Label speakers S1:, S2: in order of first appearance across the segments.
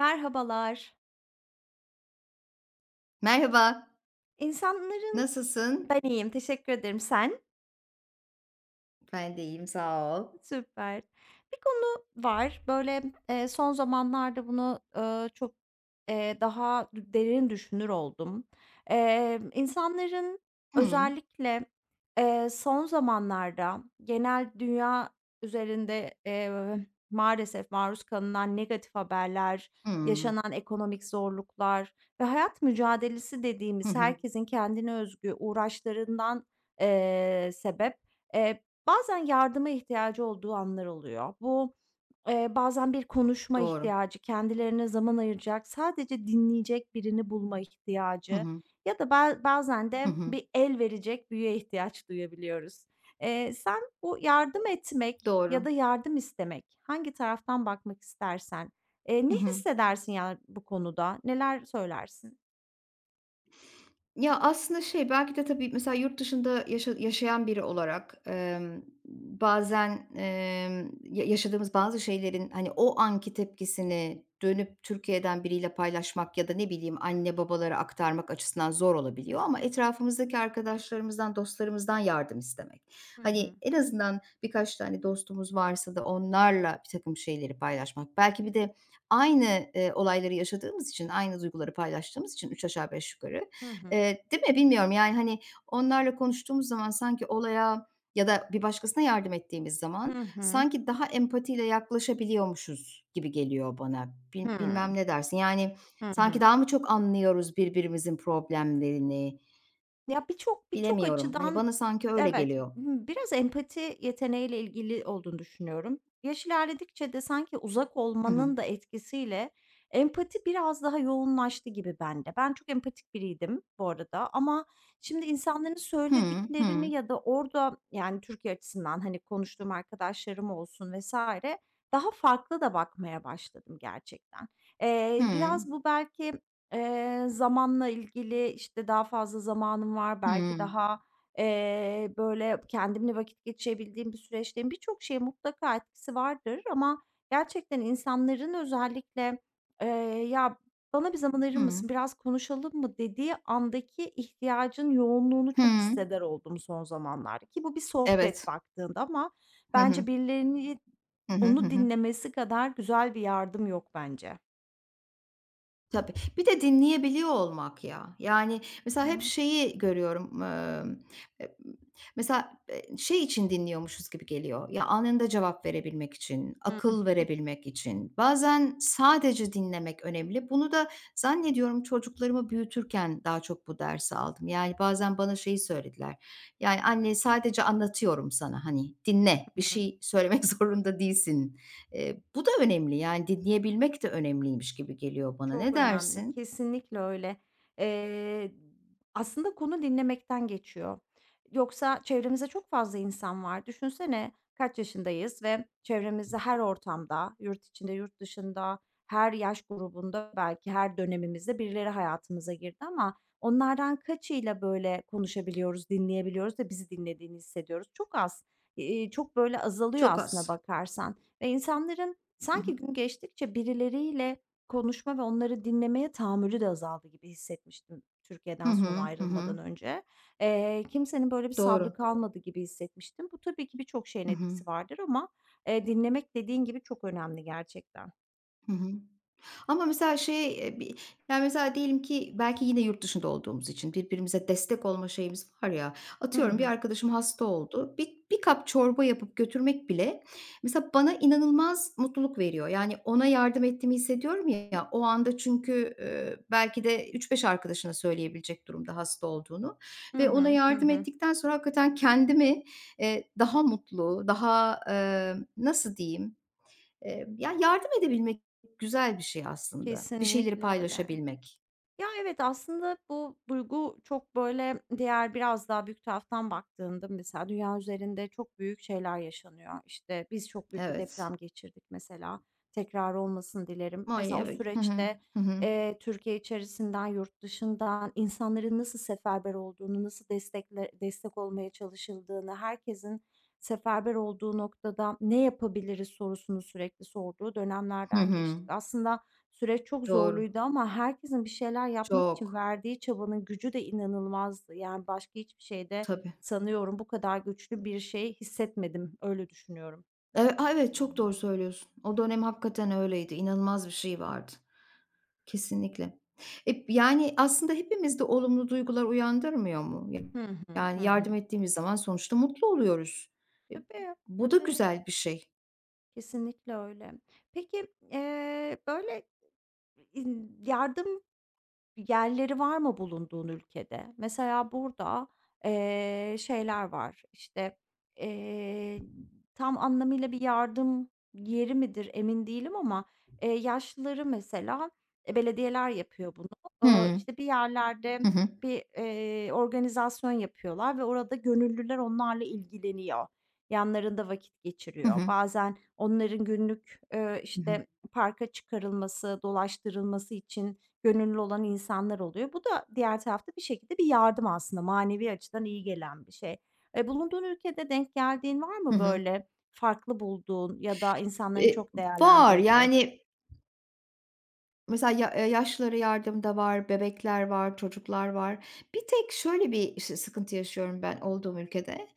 S1: Merhabalar.
S2: Merhaba,
S1: İnsanların
S2: nasılsın?
S1: Ben iyiyim, teşekkür ederim. Sen?
S2: Ben de iyiyim, sağ ol.
S1: Süper. Bir konu var, böyle, son zamanlarda bunu, çok, daha derin düşünür oldum. İnsanların
S2: Hımm.
S1: özellikle, son zamanlarda genel dünya üzerinde, maalesef maruz kalınan negatif haberler,
S2: Hımm.
S1: yaşanan ekonomik zorluklar ve hayat mücadelesi
S2: Hı
S1: dediğimiz
S2: hı.
S1: herkesin kendine özgü uğraşlarından, sebep, eee, bazen yardıma ihtiyacı olduğu anlar oluyor. Bu, bazen bir konuşma
S2: Doğru.
S1: ihtiyacı, kendilerine zaman ayıracak, sadece dinleyecek birini bulma
S2: Hı
S1: ihtiyacı
S2: hı.
S1: ya da bazen
S2: Hı
S1: de
S2: hı.
S1: bir el verecek büyüğe ihtiyaç duyabiliyoruz. Sen bu yardım etmek ya
S2: Doğru.
S1: da yardım istemek, hangi taraftan bakmak istersen,
S2: Hı
S1: ne
S2: hı.
S1: hissedersin ya bu konuda? Neler söylersin?
S2: Ya, aslında şey, belki de tabii mesela yurt dışında yaşayan biri olarak, bazen, ya yaşadığımız bazı şeylerin, hani, o anki tepkisini dönüp Türkiye'den biriyle paylaşmak ya da ne bileyim anne babalara aktarmak açısından zor olabiliyor ama etrafımızdaki arkadaşlarımızdan, dostlarımızdan yardım istemek.
S1: Hı
S2: Hani,
S1: hı.
S2: en azından birkaç tane dostumuz varsa da onlarla bir takım şeyleri paylaşmak. Belki bir de aynı, olayları yaşadığımız için, aynı duyguları paylaştığımız için 3 aşağı 5 yukarı,
S1: Hı hı.
S2: Değil mi? Bilmiyorum, yani, hani, onlarla konuştuğumuz zaman sanki olaya ya da bir başkasına yardım ettiğimiz
S1: Hı
S2: zaman
S1: hı.
S2: sanki daha empatiyle yaklaşabiliyormuşuz gibi geliyor bana. Bilmem
S1: Hımm.
S2: ne dersin? Yani,
S1: Hı hı.
S2: sanki
S1: hı.
S2: daha mı çok anlıyoruz birbirimizin problemlerini?
S1: Ya, birçok
S2: Bilemiyorum. Hani,
S1: açıdan
S2: bana sanki öyle
S1: evet,
S2: geliyor.
S1: biraz empati yeteneğiyle ilgili olduğunu düşünüyorum. Yaş ilerledikçe de sanki uzak
S2: Hı hı.
S1: olmanın da etkisiyle empati biraz daha yoğunlaştı gibi bende. Ben çok empatik biriydim bu arada ama şimdi insanların
S2: Hıı.
S1: söylediklerini
S2: Hı.
S1: ya da orada, yani, Türkiye açısından, hani, konuştuğum arkadaşlarım olsun vesaire daha farklı da bakmaya başladım gerçekten.
S2: Hı.
S1: Biraz bu belki zamanla ilgili, işte, daha fazla zamanım var,
S2: Hı.
S1: belki daha, böyle, kendimle vakit geçirebildiğim bir süreçteyim. Birçok şeye mutlaka etkisi vardır ama gerçekten insanların özellikle, eee, "Ya, bana bir zaman ayırır
S2: Hı. Hı.
S1: mısın, biraz konuşalım mı?" dediği andaki ihtiyacın yoğunluğunu çok
S2: Hı.
S1: hisseder oldum son zamanlarda ki bu bir sohbet
S2: Evet.
S1: baktığında ama
S2: Hı hı.
S1: bence birilerini
S2: Hı hı. Hı
S1: onu
S2: hı.
S1: dinlemesi kadar güzel bir yardım yok bence.
S2: Tabii. Bir de dinleyebiliyor olmak ya. Yani, mesela
S1: Hı
S2: hep
S1: hı.
S2: şeyi görüyorum, eee, mesela, şey için dinliyormuşuz gibi geliyor. Ya, anında cevap verebilmek için,
S1: Hımm.
S2: akıl
S1: Hı hı.
S2: verebilmek için. Bazen sadece dinlemek önemli. Bunu da zannediyorum çocuklarımı büyütürken daha çok bu dersi aldım. Yani, bazen bana şeyi söylediler. Yani, "Anne, sadece anlatıyorum sana, hani, dinle, bir
S1: hı.
S2: şey söylemek zorunda değilsin." Bu da önemli, yani, dinleyebilmek de önemliymiş gibi geliyor bana.
S1: Çok
S2: Ne
S1: önemli.
S2: dersin?
S1: Kesinlikle öyle. Eee, Aslında konu dinlemekten geçiyor. Yoksa çevremizde çok fazla insan var. Düşünsene kaç yaşındayız ve çevremizde her ortamda, yurt içinde, yurt dışında, her yaş grubunda, belki her dönemimizde birileri hayatımıza girdi ama onlardan kaçıyla böyle konuşabiliyoruz, dinleyebiliyoruz ve bizi dinlediğini hissediyoruz. Çok az, çok böyle azalıyor
S2: Çok
S1: aslına
S2: az.
S1: bakarsan ve insanların
S2: Hı hı.
S1: sanki gün geçtikçe birileriyle konuşma ve onları dinlemeye tahammülü de azaldı gibi hissetmiştim
S2: Hı
S1: Türkiye'den sonra
S2: hı. Hı hı.
S1: ayrılmadan önce. Kimsenin böyle bir sabrı
S2: Doğru.
S1: kalmadı gibi hissetmiştim. Bu tabii ki birçok şeyin
S2: Hı hı.
S1: etkisi vardır ama, dinlemek dediğin gibi çok önemli gerçekten.
S2: Hı hı. Ama mesela şey, bi yani, mesela diyelim ki belki yine yurt dışında olduğumuz için birbirimize destek olma şeyimiz var ya,
S1: Hı
S2: atıyorum bir
S1: hı.
S2: arkadaşım hasta oldu. Bir kap çorba yapıp götürmek bile mesela bana inanılmaz mutluluk veriyor. Yani, ona yardım ettiğimi hissediyorum ya o anda çünkü, belki de üç beş arkadaşına söyleyebilecek durumda hasta olduğunu
S1: Hı
S2: ve ona
S1: hı. Hı
S2: yardım
S1: hı.
S2: ettikten sonra hakikaten kendimi, daha mutlu, daha, nasıl diyeyim, ya, yardım edebilmek güzel bir şey aslında. Bir şeyleri
S1: Kesinlikle öyle.
S2: paylaşabilmek.
S1: Ya, evet, aslında bu duygu çok, böyle, diğer biraz daha büyük taraftan baktığında mesela dünya üzerinde çok büyük şeyler yaşanıyor. İşte, biz çok büyük bir
S2: Evet.
S1: deprem geçirdik mesela. Tekrar olmasın dilerim.
S2: Ay,
S1: Mesela o
S2: evet. Hı hı.
S1: süreçte,
S2: Hı hı.
S1: Türkiye içerisinden, yurt dışından insanların nasıl seferber olduğunu, nasıl destekle destek olmaya çalışıldığını, herkesin seferber olduğu noktada "Ne yapabiliriz?" sorusunu sürekli sorduğu
S2: Hı
S1: dönemlerden
S2: hı.
S1: geçtik. Aslında süreç çok
S2: Doğru.
S1: zorluydu ama herkesin bir şeyler yapmak için
S2: Çok.
S1: verdiği çabanın gücü de inanılmazdı. Yani başka hiçbir şeyde
S2: Tabii.
S1: sanıyorum bu kadar güçlü bir şey hissetmedim. Öyle düşünüyorum.
S2: Evet, çok doğru söylüyorsun. O dönem hakikaten öyleydi. İnanılmaz bir şey vardı. Kesinlikle. E, yani aslında hepimizde olumlu duygular uyandırmıyor mu?
S1: Hı hı,
S2: Yani
S1: hı hı.
S2: yardım ettiğimiz zaman sonuçta mutlu oluyoruz. E,
S1: Tabii,
S2: bu da
S1: tabii.
S2: güzel bir şey.
S1: Kesinlikle öyle. Peki, böyle, yardım yerleri var mı bulunduğun ülkede? Mesela burada, şeyler var, İşte eee, tam anlamıyla bir yardım yeri midir emin değilim ama, yaşlıları mesela, belediyeler yapıyor bunu.
S2: Hıı.
S1: İşte, bir
S2: Hı
S1: yerlerde
S2: hı.
S1: bir, organizasyon yapıyorlar ve orada gönüllüler onlarla ilgileniyor. Yanlarında vakit
S2: Hı
S1: geçiriyor.
S2: hı.
S1: Bazen onların günlük,
S2: Hı hı.
S1: işte, parka çıkarılması, dolaştırılması için gönüllü olan insanlar oluyor. Bu da diğer tarafta bir şekilde bir yardım aslında, manevi açıdan iyi gelen bir şey. Bulunduğun ülkede denk geldiğin var
S2: Hı
S1: mı
S2: hı.
S1: böyle farklı bulduğun ya da insanların
S2: E,
S1: çok
S2: var
S1: değerlendirdiği?
S2: yani. Mesela ya, yaşlılara yardım da var, bebekler var, çocuklar var. Bir tek şöyle bir sıkıntı yaşıyorum ben olduğum ülkede.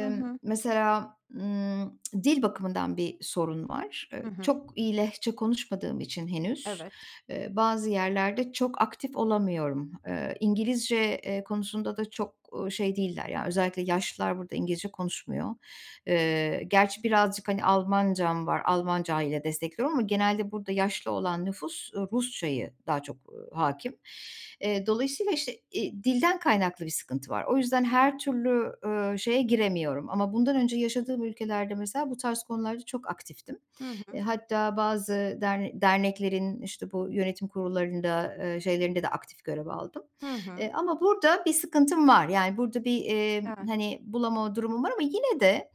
S1: Hı hı.
S2: Mesela, dil bakımından bir sorun var. Eee,
S1: Hı hı.
S2: çok iyi Lehçe konuşmadığım için henüz,
S1: Evet.
S2: bazı yerlerde çok aktif olamıyorum. İngilizce, konusunda da çok, şey değiller, yani, özellikle yaşlılar burada İngilizce konuşmuyor. Gerçi birazcık, hani, Almancam var, Almanca ile destekliyorum ama genelde burada yaşlı olan nüfus, Rusçayı daha çok, hâkim. Dolayısıyla, işte, dilden kaynaklı bir sıkıntı var. O yüzden her türlü, şeye giremiyorum ama bundan önce yaşadığım ülkelerde mesela bu tarz konularda çok aktiftim.
S1: Hı
S2: Eee,
S1: hı.
S2: hatta bazı derneklerin, işte, bu yönetim kurullarında, şeylerinde de aktif görev aldım.
S1: Hı
S2: Eee,
S1: hı.
S2: ama burada bir sıkıntım var. Yani, burada bir,
S1: Evet.
S2: hani, bulamama durumum var ama yine de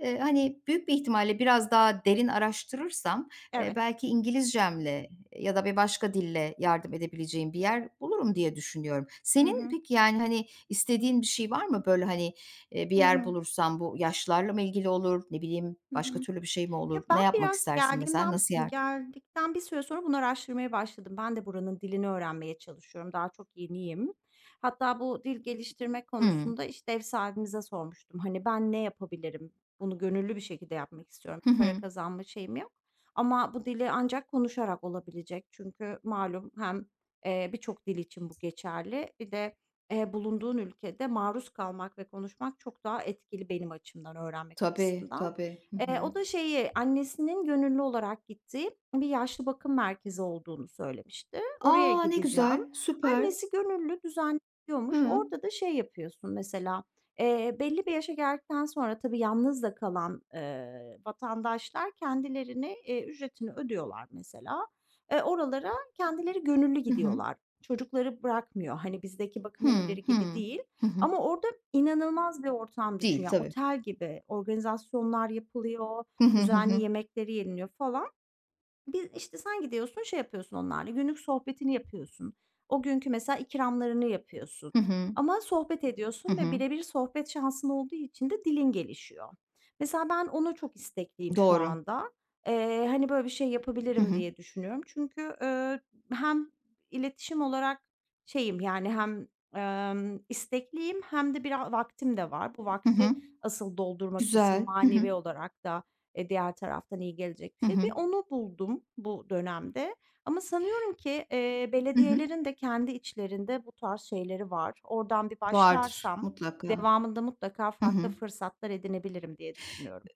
S2: Hani, büyük bir ihtimalle biraz daha derin araştırırsam,
S1: Evet.
S2: belki İngilizcemle ya da bir başka dille yardım edebileceğim bir yer bulurum diye düşünüyorum.
S1: Hı
S2: Senin
S1: hı.
S2: peki, yani, hani, istediğin bir şey var mı? Böyle, hani, bir
S1: Hı
S2: yer
S1: hı.
S2: bulursam bu yaşlarla mı ilgili olur, ne bileyim,
S1: Hı
S2: başka
S1: hı.
S2: türlü bir şey mi
S1: Ya,
S2: olur? Ne
S1: ben
S2: yapmak
S1: biraz
S2: istersin mesela? Nasıl yer?
S1: geldikten bir süre sonra bunu araştırmaya başladım. Ben de buranın dilini öğrenmeye çalışıyorum. Daha çok yeniyim. Hatta bu dil geliştirme
S2: Hımm.
S1: konusunda, işte, ev sahibimize sormuştum. Hani, "Ben ne yapabilirim? Bunu gönüllü bir şekilde yapmak istiyorum.
S2: Hı
S1: Para
S2: hı.
S1: kazanma şeyim yok ama bu dili ancak konuşarak olabilecek." Çünkü malum hem, birçok dil için bu geçerli. Bir de, bulunduğun ülkede maruz kalmak ve konuşmak çok daha etkili benim açımdan, öğrenmek
S2: Tabii,
S1: açısından.
S2: tabii. Hı hı.
S1: O da şeyi, annesinin gönüllü olarak gittiği bir yaşlı bakım merkezi olduğunu söylemişti. Oraya
S2: A! Ne
S1: gideceğim.
S2: güzel, süper.
S1: Annesi gönüllü düzenliyormuş.
S2: Hı.
S1: Orada da şey yapıyorsun mesela, belli bir yaşa geldikten sonra tabii yalnız da kalan, vatandaşlar kendilerine, ücretini ödüyorlar mesela. Oralara kendileri gönüllü
S2: Hı hı.
S1: gidiyorlar. Çocukları bırakmıyor. Hani bizdeki bakım
S2: Hımm.
S1: evleri gibi
S2: Hımm.
S1: değil
S2: Hı hı.
S1: ama orada İnanılmaz bir ortam düşün,
S2: Değil,
S1: ya
S2: tabii.
S1: otel gibi. Organizasyonlar yapılıyor,
S2: Hı hı. Hı
S1: düzenli
S2: hı.
S1: yemekleri yeniliyor falan. Biz işte sen gidiyorsun, şey yapıyorsun onlarla, günlük sohbetini yapıyorsun. O günkü mesela ikramlarını yapıyorsun
S2: Hı hı.
S1: ama sohbet
S2: Hı
S1: ediyorsun ve
S2: hı.
S1: birebir sohbet şansın olduğu için de dilin gelişiyor. Mesela ben onu çok istekliyim şu
S2: Doğru.
S1: anda. Hani, böyle bir şey
S2: Hı
S1: yapabilirim
S2: hı.
S1: diye düşünüyorum. Çünkü, hem iletişim olarak şeyim, yani, hem, istekliyim hem de bira vaktim de var. Bu
S2: Hı
S1: vakti
S2: hı.
S1: asıl doldurma kısmı
S2: Güzel. Hı hı.
S1: manevi olarak da diğer taraftan iyi gelecek bir
S2: Hı
S1: şey. Bir
S2: hı.
S1: onu buldum bu dönemde ama sanıyorum ki,
S2: Hı hı.
S1: belediyelerin de kendi içlerinde bu tarz şeyleri var. Oradan bir
S2: Vardır
S1: başlarsam
S2: mutlaka.
S1: devamında mutlaka
S2: Hı
S1: farklı
S2: hı.
S1: fırsatlar edinebilirim diye düşünüyorum.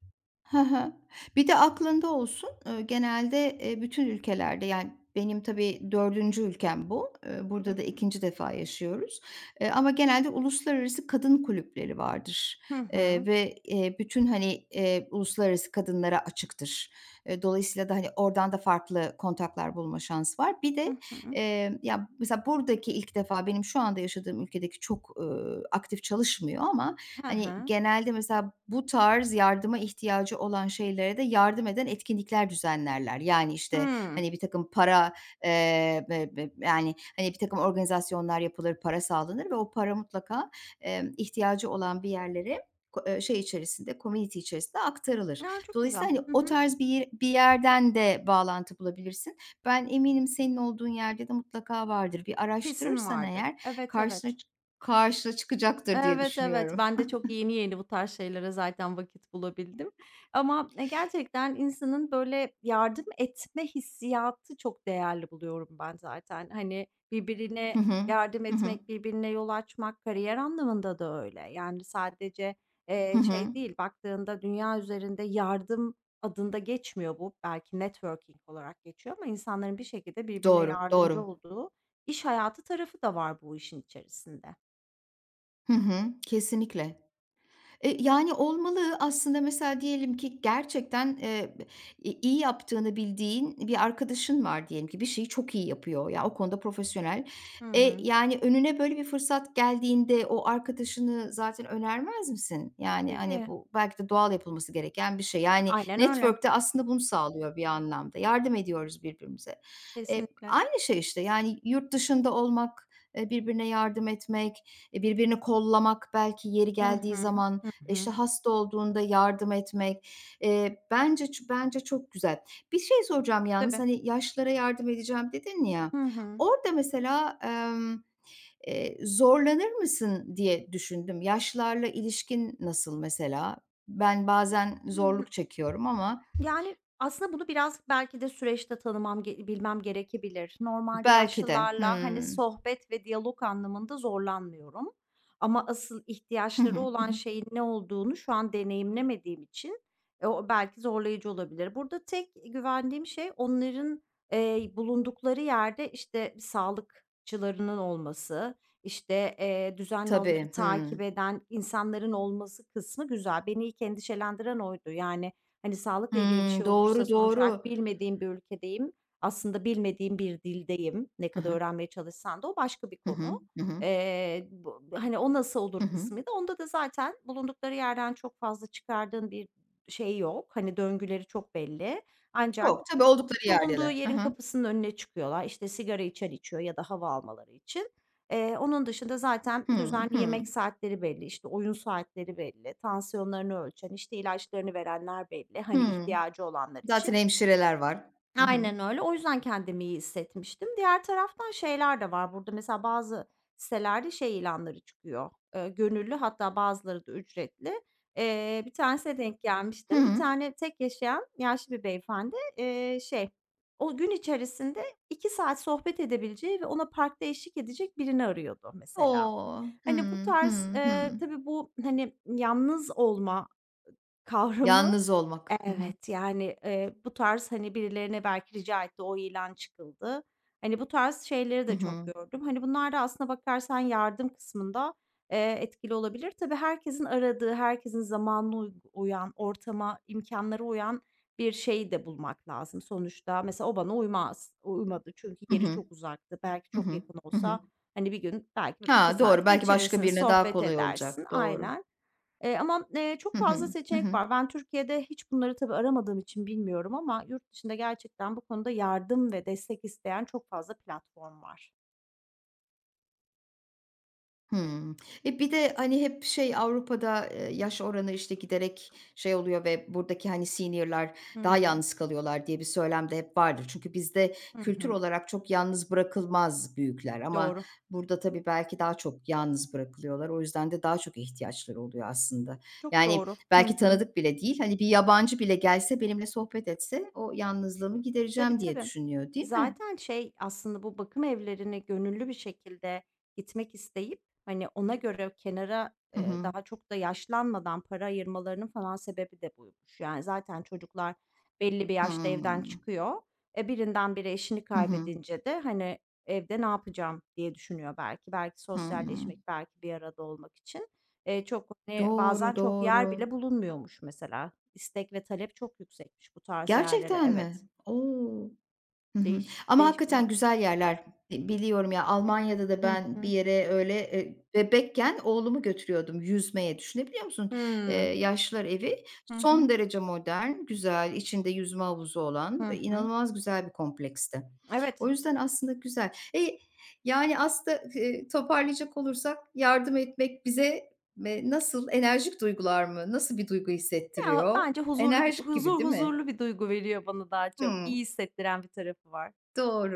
S2: Hı hı. Bir de aklında olsun, genelde, bütün ülkelerde, yani, benim tabii dördüncü ülkem bu. Eee,
S1: Hı
S2: burada da
S1: hı.
S2: ikinci defa yaşıyoruz, ama genelde uluslararası kadın kulüpleri vardır,
S1: Hı hı.
S2: ve, bütün, hani, uluslararası kadınlara açıktır. Dolayısıyla da, hani, oradan da farklı kontaklar bulma şansı var. Bir
S1: Hı
S2: de,
S1: hı.
S2: Ya, mesela buradaki ilk defa benim şu anda yaşadığım ülkedeki çok, aktif çalışmıyor ama,
S1: Hı
S2: hani,
S1: hı.
S2: genelde mesela bu tarz yardıma ihtiyacı olan şeylere de yardım eden etkinlikler düzenlerler. Yani, işte,
S1: Hımm.
S2: hani, bir takım para, be be yani, hani, bir takım organizasyonlar yapılır, para sağlanır ve o para mutlaka, ihtiyacı olan bir yerlere ko şey içerisinde, community içerisinde aktarılır.
S1: Ya, çok
S2: Dolayısıyla,
S1: güzel.
S2: hani,
S1: Hı
S2: o
S1: hı.
S2: tarz bir yerden de bağlantı bulabilirsin. Ben eminim senin olduğun yerde de mutlaka vardır. Bir
S1: Kesin
S2: araştırırsan
S1: vardır.
S2: eğer
S1: Evet, evet.
S2: karşına çıkacaktır diye
S1: Evet, evet.
S2: düşünüyorum.
S1: Ben de çok yeni yeni bu tarz şeylere zaten vakit bulabildim. Ama, gerçekten insanın böyle yardım etme hissiyatı çok değerli buluyorum ben zaten. Hani,
S2: Hı
S1: birbirine
S2: hı.
S1: yardım
S2: Hı hı.
S1: etmek, birbirine yol açmak kariyer anlamında da öyle. Yani sadece,
S2: Hı
S1: şey
S2: hı.
S1: değil, baktığında dünya üzerinde yardım adında geçmiyor bu. Belki networking olarak geçiyor ama insanların bir şekilde birbirine
S2: Doğru,
S1: yardımcı
S2: doğru.
S1: olduğu iş hayatı tarafı da var bu işin içerisinde.
S2: Hı hı. Kesinlikle. Yani, olmalı. Aslında mesela diyelim ki gerçekten, i iyi yaptığını bildiğin bir arkadaşın var diyelim ki bir şeyi çok iyi yapıyor, ya, o konuda profesyonel.
S1: Hı
S2: E,
S1: hı.
S2: yani, önüne böyle bir fırsat geldiğinde o arkadaşını zaten önermez misin? Yani, hani,
S1: Tabii.
S2: bu belki de doğal yapılması gereken bir şey. Yani,
S1: Aynen öyle.
S2: network de aslında bunu sağlıyor bir anlamda. Yardım ediyoruz birbirimize. Eee,
S1: Kesinlikle.
S2: aynı şey işte, yani, yurt dışında olmak, birbirine yardım etmek, birbirini kollamak belki yeri
S1: Hı
S2: geldiği
S1: hı.
S2: zaman.
S1: Hı
S2: İşte,
S1: hı.
S2: hasta olduğunda yardım etmek, bence çok güzel. Bir şey soracağım yalnız,
S1: Tabii.
S2: hani, yaşlılara yardım edeceğim dedin ya,
S1: Hı hı.
S2: orada mesela, zorlanır mısın diye düşündüm. Yaşlılarla ilişkin nasıl mesela? Ben bazen
S1: Hı hı.
S2: zorluk çekiyorum ama
S1: Yani, aslında bunu biraz belki de süreçte bilmem gerekebilir. Normalde
S2: belki de.
S1: yaşlılarla, hani,
S2: Hımm.
S1: sohbet ve diyalog anlamında zorlanmıyorum ama asıl
S2: Hı hı.
S1: ihtiyaçları
S2: Hı
S1: olan
S2: hı.
S1: şeyin ne olduğunu şu an deneyimlemediğim için, e, o belki zorlayıcı olabilir. Burada tek güvendiğim şey onların, bulundukları yerde, işte, sağlıkçılarının olması, işte, düzenli onları
S2: Tabii.
S1: takip
S2: Hımm.
S1: eden insanların olması kısmı güzel. Beni ilk endişelendiren oydu. Yani, hani, sağlıkla ilgili bir
S2: Hımm.
S1: şey olursa
S2: Doğru,
S1: sonuç olarak
S2: doğru.
S1: bilmediğim bir ülkedeyim, aslında bilmediğim bir dildeyim. Ne
S2: Hı
S1: kadar
S2: hı.
S1: öğrenmeye çalışsan da o başka bir
S2: Hı hı.
S1: konu.
S2: Hı hı.
S1: Bu hani, o nasıl olur
S2: Hı hı.
S1: kısmıydı. Onda da zaten bulundukları yerden çok fazla çıkardığın bir şey yok. Hani, döngüleri çok belli. Ancak
S2: Yok, tabii oldukları yerdeler.
S1: bulunduğu
S2: Hı
S1: yerin
S2: hı.
S1: kapısının önüne çıkıyorlar. İşte sigara içen içiyor ya da hava almaları için. Onun dışında zaten
S2: Hımm.
S1: düzenli yemek
S2: Hımm.
S1: saatleri belli, işte oyun saatleri belli, tansiyonlarını ölçen, işte ilaçlarını verenler belli, hani
S2: Hımm.
S1: ihtiyacı olanlar
S2: Zaten
S1: için.
S2: hemşireler var. Hı hı.
S1: Aynen öyle. O yüzden kendimi iyi hissetmiştim. Diğer taraftan şeyler de var. Burada mesela bazı sitelerde şey ilanları çıkıyor. Gönüllü hatta bazıları da ücretli. Bir tanesine denk
S2: Hı
S1: gelmiştim. Bir
S2: hı.
S1: tane tek yaşayan yaşlı bir beyefendi, şey, o gün içerisinde 2 saat sohbet edebileceği ve ona parkta eşlik edecek birini arıyordu mesela.
S2: O!
S1: Hani, bu
S2: Hıı, hı
S1: tarz,
S2: hı.
S1: tabii bu, hani, yalnız olma kavramı
S2: Yalnız olmak. Hı hı.
S1: evet, yani, bu tarz, hani, birilerine belki rica etti, o ilan çıkıldı. Hani, bu tarz şeyleri
S2: Hı
S1: de çok
S2: hı.
S1: gördüm. Hani, bunlar da aslına bakarsan yardım kısmında, etkili olabilir. Tabii herkesin aradığı, herkesin zamanına uyan, ortama, imkânlara uyan bir şey de bulmak lazım sonuçta. Mesela o bana uymaz, uymadı çünkü
S2: Hı
S1: yeri
S2: hı.
S1: çok uzaktı. Belki
S2: Hı
S1: çok
S2: hı.
S1: yakın
S2: Hı hı.
S1: olsa, hani, bir gün belki 2
S2: Ha, doğru.
S1: saat
S2: Belki başka
S1: geçirirsin,
S2: birine daha
S1: sohbet
S2: kolay
S1: edersin.
S2: olacak. Doğru.
S1: Aynen. Ama, çok
S2: Hı
S1: fazla
S2: hı. Hı
S1: seçenek
S2: hı.
S1: var. Ben Türkiye'de hiç bunları tabii aramadığım için bilmiyorum ama yurt dışında gerçekten bu konuda yardım ve destek isteyen çok fazla platform var.
S2: Hımm. E, bir de, hani, hep şey Avrupa'da, yaş oranı, işte, giderek şey oluyor ve buradaki, hani, senior'lar
S1: Hı
S2: daha
S1: hı.
S2: yalnız kalıyorlar diye bir söylem de hep vardır. Çünkü bizde
S1: Hı
S2: kültür
S1: hı.
S2: olarak çok yalnız bırakılmaz büyükler ama
S1: Doğru.
S2: burada tabii belki daha çok yalnız bırakılıyorlar. O yüzden de daha çok ihtiyaçları oluyor aslında.
S1: Çok
S2: Yani,
S1: doğru. Hı
S2: belki
S1: hı.
S2: tanıdık bile değil, hani, bir yabancı bile gelse benimle sohbet etse o yalnızlığımı
S1: Tabii,
S2: gidereceğim diye
S1: tabii.
S2: düşünüyor, değil mi?
S1: Zaten şey, aslında bu bakım evlerine gönüllü bir şekilde gitmek isteyip, hani, ona göre kenara,
S2: Hı hı.
S1: daha çok da yaşlanmadan para ayırmalarının falan sebebi de buymuş. Yani, zaten çocuklar belli bir yaşta evden
S2: Hımm.
S1: çıkıyor. E, birinden biri eşini
S2: Hı hı.
S1: kaybedince de, hani, evde ne yapacağım diye düşünüyor belki. Belki sosyalleşmek,
S2: Hımm.
S1: belki bir arada olmak için. Çok, hani, bazen
S2: Doğru,
S1: çok yer
S2: doğru.
S1: bile bulunmuyormuş mesela. İstek ve talep çok yüksekmiş bu tarz yerlere,
S2: Gerçekten mi?
S1: evet.
S2: Oo. Hı hı.
S1: Değişik,
S2: Ama
S1: değişik var.
S2: hakikaten güzel yerler. Biliyorum ya, Almanya'da da
S1: Hı
S2: ben bir
S1: hı.
S2: yere öyle, bebekken oğlumu götürüyordum yüzmeye. Düşünebiliyor musun? Eee,
S1: Hımm.
S2: yaşlılar evi
S1: Hı
S2: son
S1: hı.
S2: derece modern, güzel, içinde yüzme havuzu olan,
S1: Hı hı.
S2: inanılmaz güzel bir komplekste.
S1: Evet.
S2: O yüzden aslında güzel. Yani aslında, toparlayacak olursak yardım etmek bize, nasıl enerjik duygular mı? Nasıl bir duygu
S1: Ya,
S2: hissettiriyor?
S1: bence huzurlu bir
S2: Enerjik gibi değil mi?
S1: huzurlu bir duygu veriyor bana daha çok. İyi
S2: Hımm.
S1: hissettiren bir tarafı var.
S2: Doğru.